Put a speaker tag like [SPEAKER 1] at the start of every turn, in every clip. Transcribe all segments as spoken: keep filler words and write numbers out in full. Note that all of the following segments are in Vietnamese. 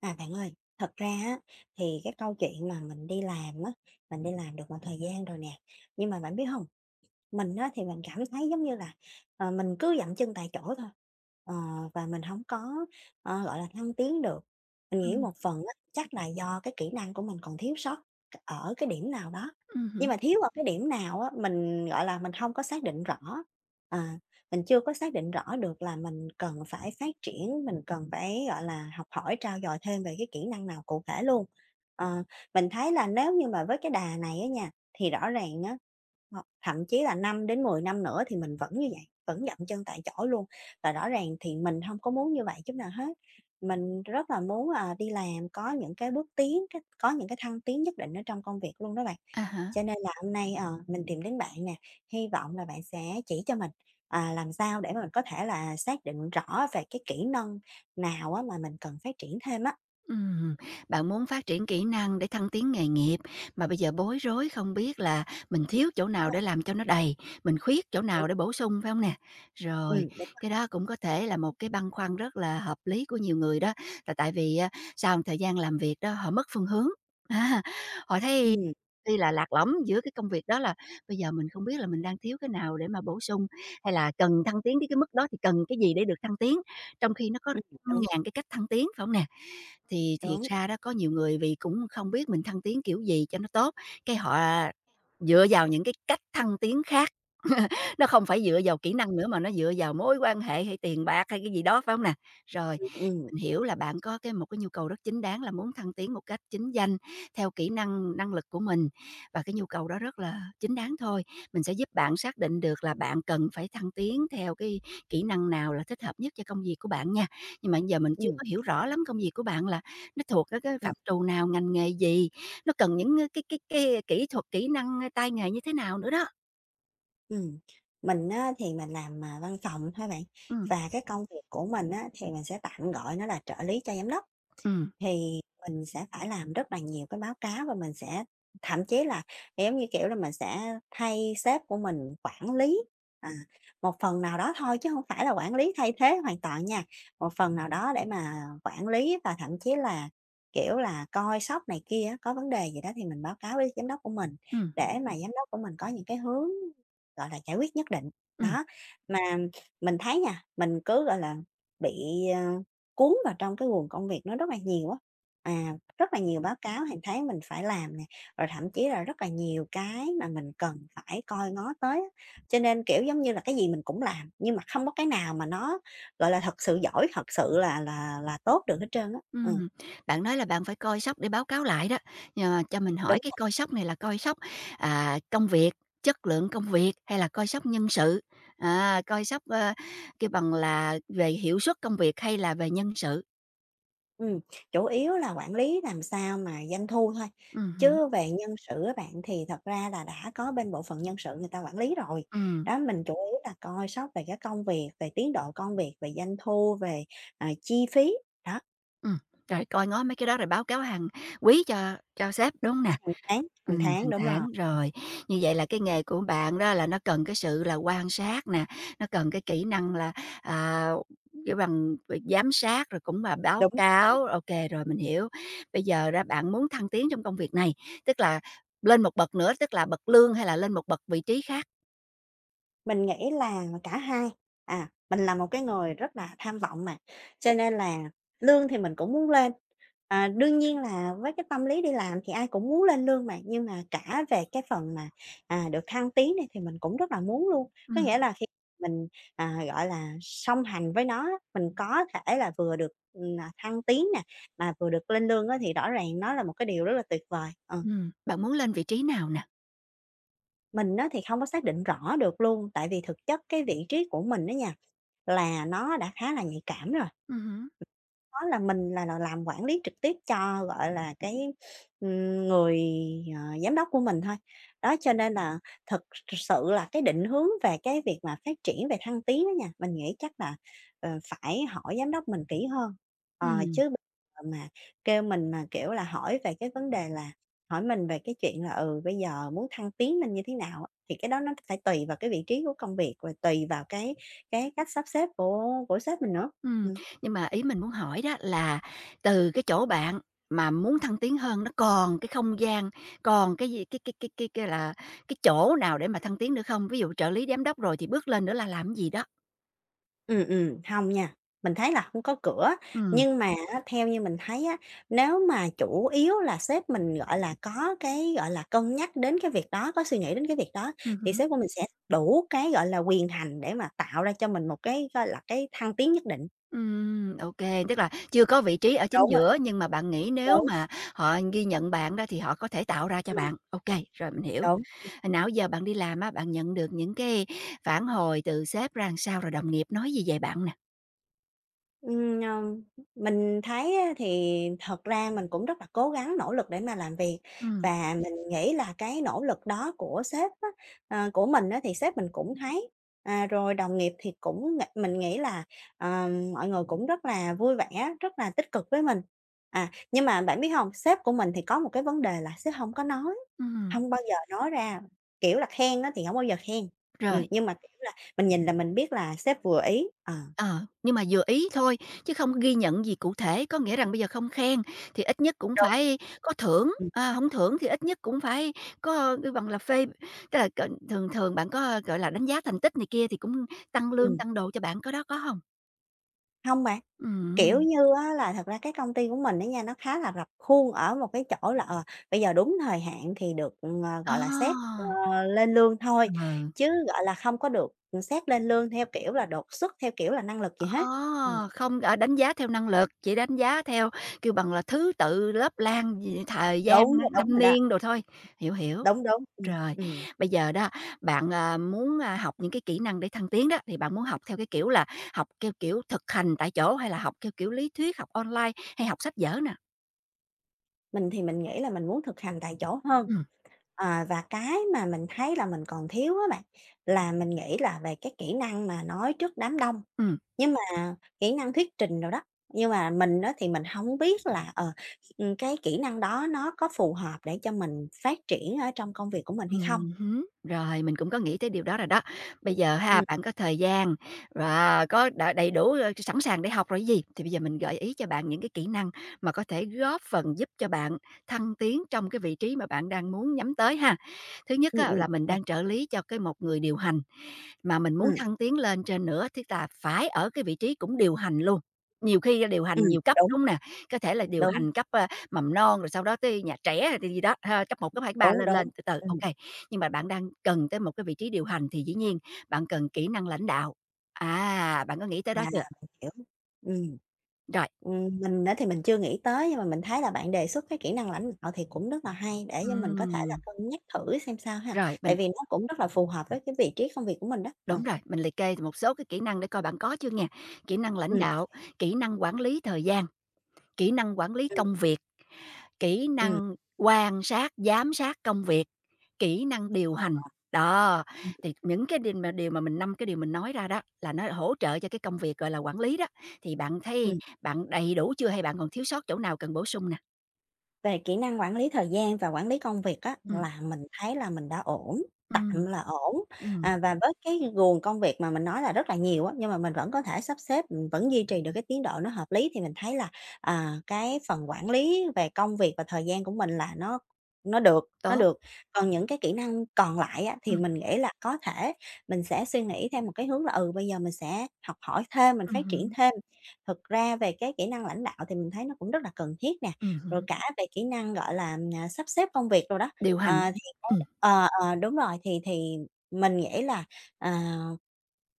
[SPEAKER 1] À, bạn ơi, thật ra á, thì cái câu chuyện mà mình đi làm á, mình đi làm được một thời gian rồi nè, nhưng mà bạn biết không mình á, thì mình cảm thấy giống như là, ờ, mình cứ dậm chân tại chỗ thôi, ờ, và mình không có, ờ, gọi là, thăng tiến được. Mình nghĩ
[SPEAKER 2] Ừm,
[SPEAKER 1] một phần á, chắc là do cái kỹ năng của mình còn thiếu sót ở cái điểm nào đó, nhưng
[SPEAKER 2] ừm
[SPEAKER 1] mà thiếu ở cái điểm nào á, mình, gọi là, mình không có xác định rõ, à, mình chưa có xác định rõ được là mình cần phải phát triển, mình cần phải, gọi là, học hỏi trau dồi thêm về cái kỹ năng nào cụ thể luôn. Ờ, mình thấy là nếu như mà với cái đà này á nha thì rõ ràng á, ờ, thậm chí là năm đến mười năm nữa thì mình vẫn như vậy, vẫn dậm chân tại chỗ luôn. Và rõ ràng thì mình không có muốn như vậy chút nào hết. Mình rất là muốn, à, đi làm có những cái bước tiến, cái có những cái thăng tiến nhất định ở trong công việc luôn đó bạn. Cho nên là hôm nay, ờ, mình tìm đến bạn nè, hy vọng là bạn sẽ chỉ cho mình, à, làm sao để mà mình có thể là xác định rõ về cái kỹ năng nào á mà mình cần phát triển thêm á.
[SPEAKER 2] ừm. Bạn muốn phát triển kỹ năng để thăng tiến nghề nghiệp, mà bây giờ bối rối không biết là mình thiếu chỗ
[SPEAKER 1] Đúng
[SPEAKER 2] nào để
[SPEAKER 1] rồi,
[SPEAKER 2] làm cho nó đầy, mình khuyết chỗ
[SPEAKER 1] đúng.
[SPEAKER 2] nào để bổ sung, phải không nè? Rồi,
[SPEAKER 1] Ừm, đúng.
[SPEAKER 2] cái đó cũng có thể là một cái băn khoăn rất là hợp lý của nhiều người đó, là tại vì, a, sau một thời gian làm việc đó họ mất phương hướng, à, họ thấy
[SPEAKER 1] Ừm,
[SPEAKER 2] tuy là lạc lõng giữa cái công việc đó là bây giờ mình không biết là mình đang thiếu cái nào để mà bổ sung, hay là cần thăng tiến đến cái mức đó thì cần cái gì để được thăng tiến, trong khi nó có
[SPEAKER 1] đúng,
[SPEAKER 2] ngàn cái cách thăng tiến, phải không nè? Thì thiệt
[SPEAKER 1] đúng.
[SPEAKER 2] ra đó có nhiều người vì cũng không biết mình thăng tiến kiểu gì cho nó tốt, cái họ dựa vào những cái cách thăng tiến khác, nó không phải dựa vào kỹ năng nữa mà nó dựa vào mối quan hệ hay tiền bạc hay cái gì đó, phải không nè? Rồi,
[SPEAKER 1] Ừm, ừm,
[SPEAKER 2] mình hiểu là bạn có cái một cái nhu cầu rất chính đáng là muốn thăng tiến một cách chính danh theo kỹ năng, năng lực của mình và cái nhu cầu đó rất là chính đáng thôi. Mình sẽ giúp bạn xác định được là bạn cần phải thăng tiến theo cái kỹ năng nào là thích hợp nhất cho công việc của bạn nha. Nhưng mà giờ mình chưa có hiểu rõ lắm công việc của bạn là nó thuộc cái cái
[SPEAKER 1] ừm.
[SPEAKER 2] phạm trù nào, ngành nghề gì, nó cần những, ơ, cái cái cái kỹ thuật, kỹ năng, tay nghề như thế nào nữa đó.
[SPEAKER 1] Ừm, mình á thì mình làm, à, văn phòng thôi bạn,
[SPEAKER 2] Ừm,
[SPEAKER 1] và cái công việc của mình á thì mình sẽ tạm gọi nó là trợ lý cho giám đốc.
[SPEAKER 2] ừm,
[SPEAKER 1] Thì mình sẽ phải làm rất là nhiều cái báo cáo và mình sẽ thậm chí là, giống như kiểu là, mình sẽ thay sếp của mình quản lý, à, một phần nào đó thôi chứ không phải là quản lý thay thế hoàn toàn nha, một phần nào đó để mà quản lý và thậm chí là, kiểu là, coi sóc này kia á, có vấn đề gì đó thì mình báo cáo với giám đốc của mình
[SPEAKER 2] ừm,
[SPEAKER 1] để mà giám đốc của mình có những cái hướng, gọi là, giải quyết nhất định.
[SPEAKER 2] ừm,
[SPEAKER 1] Đó, mà mình thấy nha, mình cứ, gọi là, bị, ờ cuốn vào trong cái guồng công việc nó rất là nhiều á. À, rất là nhiều báo cáo hàng tháng mình phải làm nè, rồi thậm chí là rất là nhiều cái mà mình cần phải coi ngó tới á. Cho nên, kiểu, giống như là, cái gì mình cũng làm, nhưng mà không có cái nào mà nó, gọi là, thật sự giỏi, thật sự là là là tốt được hết trơn á. Ừm,
[SPEAKER 2] ừm. Bạn nói là bạn phải coi sóc để báo cáo lại đó, ờ, cho mình
[SPEAKER 1] đúng.
[SPEAKER 2] hỏi cái coi sóc này là coi sóc, à, công việc, chất lượng công việc hay là coi sóc nhân sự? À, coi sóc, ơ, kêu bằng là về hiệu suất công việc hay là về nhân sự?
[SPEAKER 1] Ừm, chủ yếu là quản lý làm sao mà doanh thu thôi,
[SPEAKER 2] Ừm hứm.
[SPEAKER 1] chứ về nhân sự á bạn thì thật ra là đã có bên bộ phận nhân sự người ta quản lý rồi. Đó, mình chủ yếu là coi sóc về cái công việc, về tiến độ công việc, về doanh thu, về, à, chi phí, đó,
[SPEAKER 2] Ừm, rồi coi ngó mấy cái đó rồi báo cáo hàng quý cho cho sếp, đúng hông nè?
[SPEAKER 1] hàng tháng, hàng
[SPEAKER 2] Ừm,
[SPEAKER 1] tháng,
[SPEAKER 2] hàng
[SPEAKER 1] đúng
[SPEAKER 2] tháng,
[SPEAKER 1] rồi,
[SPEAKER 2] rồi, như vậy là cái nghề của bạn đó là nó cần cái sự là quan sát nè, nó cần cái kỹ năng là, à, kiểu bằng, ờ, giám sát rồi cũng là báo
[SPEAKER 1] đúng.
[SPEAKER 2] cáo, ô kê, rồi mình hiểu. Bây giờ đó bạn muốn thăng tiến trong công việc này, tức là lên một bậc nữa, tức là bậc lương hay là lên một bậc vị trí khác?
[SPEAKER 1] Mình nghĩ là cả hai. À, mình là một cái người rất là tham vọng mà, cho nên là lương thì mình cũng muốn lên. À, đương nhiên là với cái tâm lý đi làm thì ai cũng muốn lên lương mà, nhưng mà cả về cái phần mà, à, được thăng tiến này thì mình cũng rất là muốn luôn. Có
[SPEAKER 2] Ừm,
[SPEAKER 1] nghĩa là khi mình, à, gọi là, song hành với nó mình có thể là vừa được, ừm, à, thăng tiến nè, mà vừa được lên lương á thì rõ ràng nó là một cái điều rất là tuyệt vời. Ờ,
[SPEAKER 2] ừm, bạn muốn lên vị trí nào nè?
[SPEAKER 1] mình á thì không có xác định rõ được luôn, tại vì thực chất cái vị trí của mình đó nha là nó đã khá là nhạy cảm rồi.
[SPEAKER 2] Ừm hứm,
[SPEAKER 1] Đó là mình là là làm quản lý trực tiếp cho, gọi là, cái, ừm, người, ờ, giám đốc của mình thôi. Đó, cho nên là thực thực sự là cái định hướng về cái việc mà phát triển về thăng tiến á nha, mình nghĩ chắc là, ờ, phải hỏi giám đốc mình kỹ hơn. Ờ,
[SPEAKER 2] ừm.
[SPEAKER 1] chứ bây giờ mà kêu mình mà, kiểu là, hỏi về cái vấn đề là hỏi mình về cái chuyện là, ừ, bây giờ muốn thăng tiến nên như thế nào á, thì cái đó nó phải tùy vào cái vị trí của công việc, rồi tùy vào cái cái cách sắp xếp của của sếp mình nữa.
[SPEAKER 2] Ừm,
[SPEAKER 1] Ừm.
[SPEAKER 2] nhưng mà ý mình muốn hỏi đó là từ cái chỗ bạn mà muốn thăng tiến hơn nó còn cái không gian, còn cái gì cái cái cái cái cái là cái chỗ nào để mà thăng tiến nữa không? Ví dụ trợ lý giám đốc rồi thì bước lên nữa là làm gì đó?
[SPEAKER 1] Ừ, ừm, hông nha, mình thấy là không có cửa.
[SPEAKER 2] Ừm,
[SPEAKER 1] Nhưng mà á, theo như mình thấy á, nếu mà chủ yếu là sếp mình, gọi là, có cái, gọi là, cân nhắc đến cái việc đó, có suy nghĩ đến cái việc đó,
[SPEAKER 2] ừm
[SPEAKER 1] thì
[SPEAKER 2] hứm.
[SPEAKER 1] sếp của mình sẽ đủ cái, gọi là, quyền hành để mà tạo ra cho mình một cái, gọi là, cái thăng tiến nhất định.
[SPEAKER 2] Ừm, ô tức là chưa có vị trí ở chính
[SPEAKER 1] Đúng rồi,
[SPEAKER 2] giữa nhưng mà bạn nghĩ nếu
[SPEAKER 1] đúng,
[SPEAKER 2] mà họ ghi nhận bạn đó thì họ có thể tạo ra cho
[SPEAKER 1] ừm,
[SPEAKER 2] bạn. OK, rồi mình hiểu.
[SPEAKER 1] đúng.
[SPEAKER 2] Hồi nãy giờ bạn đi làm á, bạn nhận được những cái phản hồi từ sếp ra làm sao, rồi đồng nghiệp nói gì về bạn nè?
[SPEAKER 1] Ừm, ờ, mình thấy á thì thật ra mình cũng rất là cố gắng nỗ lực để mà làm việc
[SPEAKER 2] Ừm,
[SPEAKER 1] và mình nghĩ là cái nỗ lực đó của sếp á, ờ, của mình á thì sếp mình cũng thấy. À, rồi đồng nghiệp thì cũng ng mình nghĩ là, ờ, mọi người cũng rất là vui vẻ, rất là tích cực với mình. À, nhưng mà bạn biết không sếp của mình thì có một cái vấn đề là sếp không có nói,
[SPEAKER 2] ừm,
[SPEAKER 1] không bao giờ nói ra, kiểu là, khen á thì không bao giờ khen.
[SPEAKER 2] rồi.
[SPEAKER 1] Ừm, nhưng mà, kiểu là, mình nhìn là mình biết là sếp vừa ý, ờ.
[SPEAKER 2] Ờ, nhưng mà vừa ý thôi, chứ không ghi nhận gì cụ thể, có nghĩa rằng bây giờ không khen thì ít nhất cũng
[SPEAKER 1] Đúng.
[SPEAKER 2] phải có thưởng,
[SPEAKER 1] Ừm,
[SPEAKER 2] à, hổng thưởng thì ít nhất cũng phải có kêu bằng là phê tức là c thường thường bạn có, gọi là, đánh giá thành tích này kia thì cũng tăng lương,
[SPEAKER 1] ừm,
[SPEAKER 2] tăng đồ cho bạn, có đó có không?
[SPEAKER 1] hông bạn, kiểu
[SPEAKER 2] Ừm,
[SPEAKER 1] như á là thật ra cái công ty của mình á nha, nó khá là rập khuôn ở một cái chỗ là, ờ, bây giờ đúng thời hạn thì được, ờ,
[SPEAKER 2] à,
[SPEAKER 1] gọi là, xét,
[SPEAKER 2] Ờ.
[SPEAKER 1] ờ, lên lương thôi,
[SPEAKER 2] Ừ.
[SPEAKER 1] chứ, gọi là, không có được, ừm, xét lên lương theo kiểu là đột xuất, theo kiểu là năng lực gì
[SPEAKER 2] ờ,
[SPEAKER 1] hết. Ừm.
[SPEAKER 2] không, à, đánh giá theo năng lực, chỉ đánh giá theo, kêu bằng là, thứ tự, lớp lang, gì thời gian,
[SPEAKER 1] Đúng rồi, đúng
[SPEAKER 2] năm
[SPEAKER 1] rồi đó,
[SPEAKER 2] niên đồ thôi, hiểu, hiểu.
[SPEAKER 1] đúng, đúng, ừm,
[SPEAKER 2] Rồi,
[SPEAKER 1] ừm.
[SPEAKER 2] bây giờ đó bạn, à, muốn, a, học những cái kỹ năng để thăng tiến đó, thì bạn muốn học theo cái kiểu là học theo kiểu thực hành tại chỗ hay là học theo kiểu lý thuyết, học online hay học sách vở nè?
[SPEAKER 1] Mình thì mình nghĩ là mình muốn thực hành tại chỗ hơn,
[SPEAKER 2] Ừm,
[SPEAKER 1] à, và cái mà mình thấy là mình còn thiếu á bạn, là mình nghĩ là về cái kỹ năng mà nói trước đám đông.
[SPEAKER 2] ừm.
[SPEAKER 1] Nhưng mà kỹ năng thuyết trình rồi đó, nhưng mà mình đó thì mình không biết là, ờ, ừm, cái kỹ năng đó nó có phù hợp để cho mình phát triển ở trong công việc của mình hay không?
[SPEAKER 2] Ừm hứm, rồi, mình cũng có nghĩ tới điều đó rồi đó. Bây giờ ha,
[SPEAKER 1] Ừm,
[SPEAKER 2] bạn có thời gian và có đ đầy đủ, ơ, sẵn sàng để học rồi chứ gì, thì bây giờ mình gợi ý cho bạn những cái kỹ năng mà có thể góp phần giúp cho bạn thăng tiến trong cái vị trí mà bạn đang muốn nhắm tới ha. Thứ nhất
[SPEAKER 1] ừm,
[SPEAKER 2] á,
[SPEAKER 1] ừm,
[SPEAKER 2] là mình
[SPEAKER 1] OK,
[SPEAKER 2] đang trợ lý cho cái một người điều hành, mà mình muốn
[SPEAKER 1] ừm,
[SPEAKER 2] thăng tiến lên trên nữa, tức là phải ở cái vị trí cũng điều hành luôn. Nhiều khi á điều
[SPEAKER 1] ừm,
[SPEAKER 2] hành nhiều cấp,
[SPEAKER 1] đúng,
[SPEAKER 2] đúng hông nè? Có thể là điều
[SPEAKER 1] đúng,
[SPEAKER 2] hành cấp, ơ, mầm non, rồi sau đó tới nhà trẻ, rồi gì gì đó ha, cấp một cấp hai cấp ba
[SPEAKER 1] đúng,
[SPEAKER 2] lên
[SPEAKER 1] đúng,
[SPEAKER 2] lên từ từ,
[SPEAKER 1] ừm,
[SPEAKER 2] OK. Nhưng mà bạn đang cần tới một cái vị trí điều hành thì dĩ nhiên bạn cần kỹ năng lãnh đạo. À, bạn có nghĩ
[SPEAKER 1] à,
[SPEAKER 2] tới đó chưa?
[SPEAKER 1] mình hiểu. Ừm,
[SPEAKER 2] Rồi,
[SPEAKER 1] ừm, mình á thì mình chưa nghĩ tới, nhưng mà mình thấy là bạn đề xuất cái kỹ năng lãnh đạo thì cũng rất là hay, để cho mình có thể là
[SPEAKER 2] ừm,
[SPEAKER 1] cân nhắc thử xem sao ha,
[SPEAKER 2] rồi,
[SPEAKER 1] tại
[SPEAKER 2] mình
[SPEAKER 1] vì nó cũng rất là phù hợp với cái vị trí công việc của mình đó. Ờ,
[SPEAKER 2] đúng rồi, mình liệt kê một số cái kỹ năng để coi bạn có chưa nghe. Kỹ năng lãnh
[SPEAKER 1] ừm,
[SPEAKER 2] đạo, kỹ năng quản lý thời gian, kỹ năng quản lý
[SPEAKER 1] ừm,
[SPEAKER 2] công việc, kỹ
[SPEAKER 1] ừm,
[SPEAKER 2] năng quan sát, giám sát công việc, kỹ năng điều hành.
[SPEAKER 1] ờ,
[SPEAKER 2] Đó,
[SPEAKER 1] ừm.
[SPEAKER 2] thì những cái điều mà điều mà mình năm cái điều mình nói ra đó là nó hỗ trợ cho cái công việc, gọi là, quản lý đó, thì bạn thấy bạn đầy đủ chưa hay bạn còn thiếu sót chỗ nào cần bổ sung nè?
[SPEAKER 1] Về kỹ năng quản lý thời gian và quản lý công việc á,
[SPEAKER 2] Ừm.
[SPEAKER 1] là mình thấy là mình đã ổn, tạm
[SPEAKER 2] Ừm,
[SPEAKER 1] là ổn,
[SPEAKER 2] ừm,
[SPEAKER 1] à, và với cái guồng công việc mà mình nói là rất là nhiều á, nhưng mà mình vẫn có thể sắp xếp, mình vẫn duy trì được cái tiến độ nó hợp lý thì mình thấy là, à, cái phần quản lý về công việc và thời gian của mình là nó nó được nó
[SPEAKER 2] tốt,
[SPEAKER 1] được. Còn những cái kỹ năng còn lại á, thì
[SPEAKER 2] ừm,
[SPEAKER 1] mình nghĩ là có thể mình sẽ suy nghĩ theo một cái hướng là, ừ, bây giờ mình sẽ học hỏi thêm, mình
[SPEAKER 2] ừm
[SPEAKER 1] phát triển
[SPEAKER 2] hứm,
[SPEAKER 1] thêm. Thực ra về cái kỹ năng lãnh đạo thì mình thấy nó cũng rất là cần thiết nè,
[SPEAKER 2] ừm
[SPEAKER 1] rồi
[SPEAKER 2] hứm,
[SPEAKER 1] cả về kỹ năng, gọi là, à, sắp xếp công việc rồi đó.
[SPEAKER 2] điều hành.
[SPEAKER 1] Ờ, thì
[SPEAKER 2] Ừm.
[SPEAKER 1] ờ, ờ, đúng rồi, thì thì mình nghĩ là, à,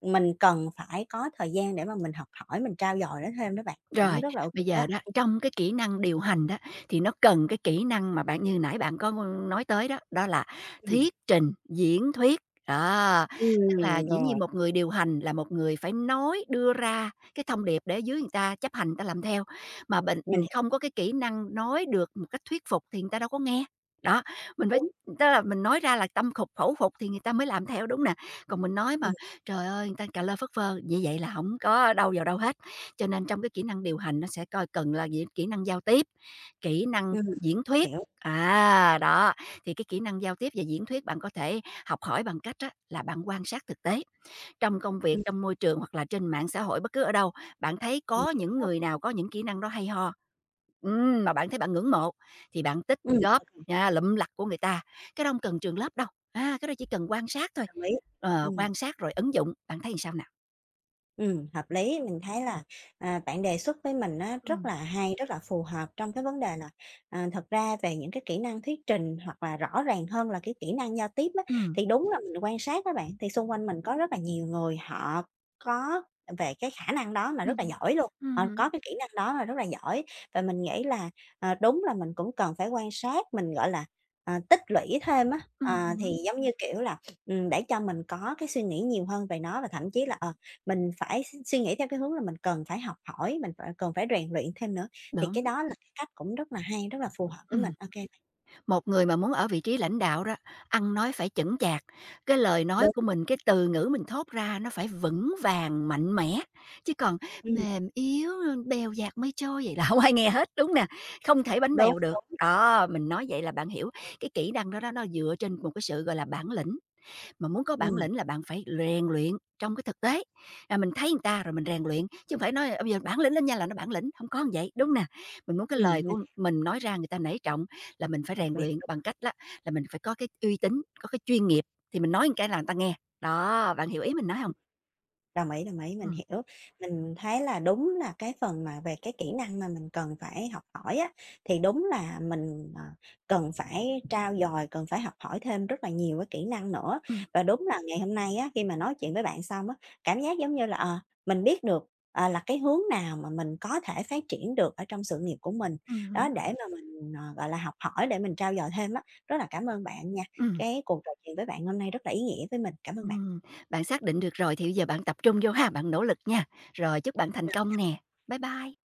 [SPEAKER 1] mình cần phải có thời gian để mà mình học hỏi, mình trau dồi nó thêm đó bạn, cũng
[SPEAKER 2] Rồi,
[SPEAKER 1] rất là ok
[SPEAKER 2] bây giờ đó,
[SPEAKER 1] đó.
[SPEAKER 2] trong cái kỹ năng điều hành đó, thì nó cần cái kỹ năng mà bạn như nãy bạn có nói tới đó, đó là
[SPEAKER 1] Ừm,
[SPEAKER 2] thuyết trình, diễn thuyết. Đó, tức là
[SPEAKER 1] ừm,
[SPEAKER 2] dĩ
[SPEAKER 1] rồi,
[SPEAKER 2] nhiên một người điều hành là một người phải nói, đưa ra cái thông điệp để dưới người ta chấp hành, người ta làm theo, mà bệnh
[SPEAKER 1] mình
[SPEAKER 2] ừ,
[SPEAKER 1] hiểu,
[SPEAKER 2] không có cái kỹ năng nói được một cách thuyết phục thì người ta đâu có nghe. Đó, mình phải
[SPEAKER 1] ừm,
[SPEAKER 2] tức là mình nói ra là tâm phục khẩu phục thì người ta mới làm theo, đúng nè. Còn mình nói mà, trời ơi, người ta cà lơ phất phơ, như vậy là không có đâu vào đâu hết. Cho nên trong cái kỹ năng điều hành nó sẽ coi cần là gì? Kỹ năng giao tiếp, kỹ năng
[SPEAKER 1] ừm,
[SPEAKER 2] diễn thuyết,
[SPEAKER 1] hiểu,
[SPEAKER 2] à, đó. Thì cái kỹ năng giao tiếp và diễn thuyết bạn có thể học hỏi bằng cách á là bạn quan sát thực tế. Trong công việc,
[SPEAKER 1] ừm,
[SPEAKER 2] trong môi trường hoặc là trên mạng xã hội, bất cứ ở đâu, bạn thấy
[SPEAKER 1] mình
[SPEAKER 2] có những
[SPEAKER 1] hiểu,
[SPEAKER 2] người nào có những kỹ năng đó hay ho, ừm, mà bạn thấy bạn ngưỡng mộ thì bạn tích
[SPEAKER 1] ừm,
[SPEAKER 2] góp,
[SPEAKER 1] ô
[SPEAKER 2] a, lụm lặt của người ta. Cái đó không cần trường lớp đâu, à cái đó chỉ cần quan sát thôi,
[SPEAKER 1] đồng ý, ừ,
[SPEAKER 2] ờ, quan sát rồi ứng dụng, bạn thấy làm sao nào?
[SPEAKER 1] ừm, hợp lý. Mình thấy là, à, bạn đề xuất với mình á rất
[SPEAKER 2] Ừ
[SPEAKER 1] là hay, rất là phù hợp trong cái vấn đề là, à, thật ra về những cái kỹ năng thuyết trình hoặc là rõ ràng hơn là cái kỹ năng giao tiếp á,
[SPEAKER 2] ừ
[SPEAKER 1] thì đúng là mình quan sát các bạn, thì xung quanh mình có rất là nhiều người họ có về cái khả năng đó mà
[SPEAKER 2] ừ
[SPEAKER 1] rất là
[SPEAKER 2] hứm.
[SPEAKER 1] giỏi luôn, ờ,
[SPEAKER 2] Ừm
[SPEAKER 1] có cái kỹ năng đó mà rất là giỏi. Và mình nghĩ là, ờ, đúng là mình cũng cần phải quan sát, mình, gọi là, à, tích lũy thêm á, ờ, thì giống như, kiểu là, ừm, để cho mình có cái suy nghĩ nhiều hơn về nó và thậm chí là, ờ mình phải suy nghĩ theo cái hướng là mình cần phải học hỏi, mình phải cần phải rèn luyện thêm nữa, thì cái
[SPEAKER 2] Đúng,
[SPEAKER 1] đó là cái cách cũng rất là hay, rất là phù hợp với mình.
[SPEAKER 2] ừm,
[SPEAKER 1] Ok kê,
[SPEAKER 2] một người mà muốn ở vị trí lãnh đạo đó, ăn nói phải chững chạc, cái lời nói
[SPEAKER 1] đúng,
[SPEAKER 2] của mình, cái từ ngữ mình thốt ra nó phải vững vàng, mạnh mẽ, chứ còn
[SPEAKER 1] ừm,
[SPEAKER 2] mềm yếu, bèo dạt mây trôi vậy là không ai nghe hết, đúng nè, không thể bánh
[SPEAKER 1] đúng,
[SPEAKER 2] bèo được.
[SPEAKER 1] đúng,
[SPEAKER 2] Đó, mình nói vậy là bạn hiểu, cái kỹ năng đó đó nó dựa trên một cái sự, gọi là, bản lĩnh. Mà muốn có bản
[SPEAKER 1] ừm,
[SPEAKER 2] lĩnh là bạn phải rèn luyện trong cái thực tế, à, mình thấy người ta rồi mình rèn luyện, chứ không phải nói, ờ, bây giờ bản lĩnh lên nha là nó bản lĩnh, không có như vậy, đúng nè. Mình muốn cái
[SPEAKER 1] ừm,
[SPEAKER 2] lời
[SPEAKER 1] mình
[SPEAKER 2] của mình nói ra người ta nể trọng là mình phải
[SPEAKER 1] đặc
[SPEAKER 2] rèn
[SPEAKER 1] biệt,
[SPEAKER 2] luyện
[SPEAKER 1] đúng.
[SPEAKER 2] bằng cách á là mình phải có cái uy tín, có cái chuyên nghiệp thì mình nói một cái là người ta nghe. Đó, bạn hiểu ý mình nói không?
[SPEAKER 1] Đồng ý, đồng ý, mình
[SPEAKER 2] Ừm,
[SPEAKER 1] hiểu. Mình thấy là đúng là cái phần mà về cái kỹ năng mà mình cần phải học hỏi á, thì đúng là mình, ờ, cần phải trau dồi, cần phải học hỏi thêm rất là nhiều cái kỹ năng nữa.
[SPEAKER 2] ừm,
[SPEAKER 1] Và đúng là ngày hôm nay á, khi mà nói chuyện với bạn xong á, cảm giác giống như là, ờ, mình biết được, ờ, là cái hướng nào mà mình có thể phát triển được ở trong sự nghiệp của mình,
[SPEAKER 2] ừm
[SPEAKER 1] đó,
[SPEAKER 2] hứm,
[SPEAKER 1] để mà mình, ờ, gọi là, học hỏi, để mình trau dồi thêm á. Rất là cảm ơn bạn nha,
[SPEAKER 2] ừm,
[SPEAKER 1] cái cuộc trò chuyện với bạn hôm nay rất là ý nghĩa với mình. Cảm ơn bạn.
[SPEAKER 2] Bạn xác định được rồi thì bây giờ bạn tập trung vô ha, bạn nỗ lực nha. Rồi chúc bạn thành công nè. Bye bye.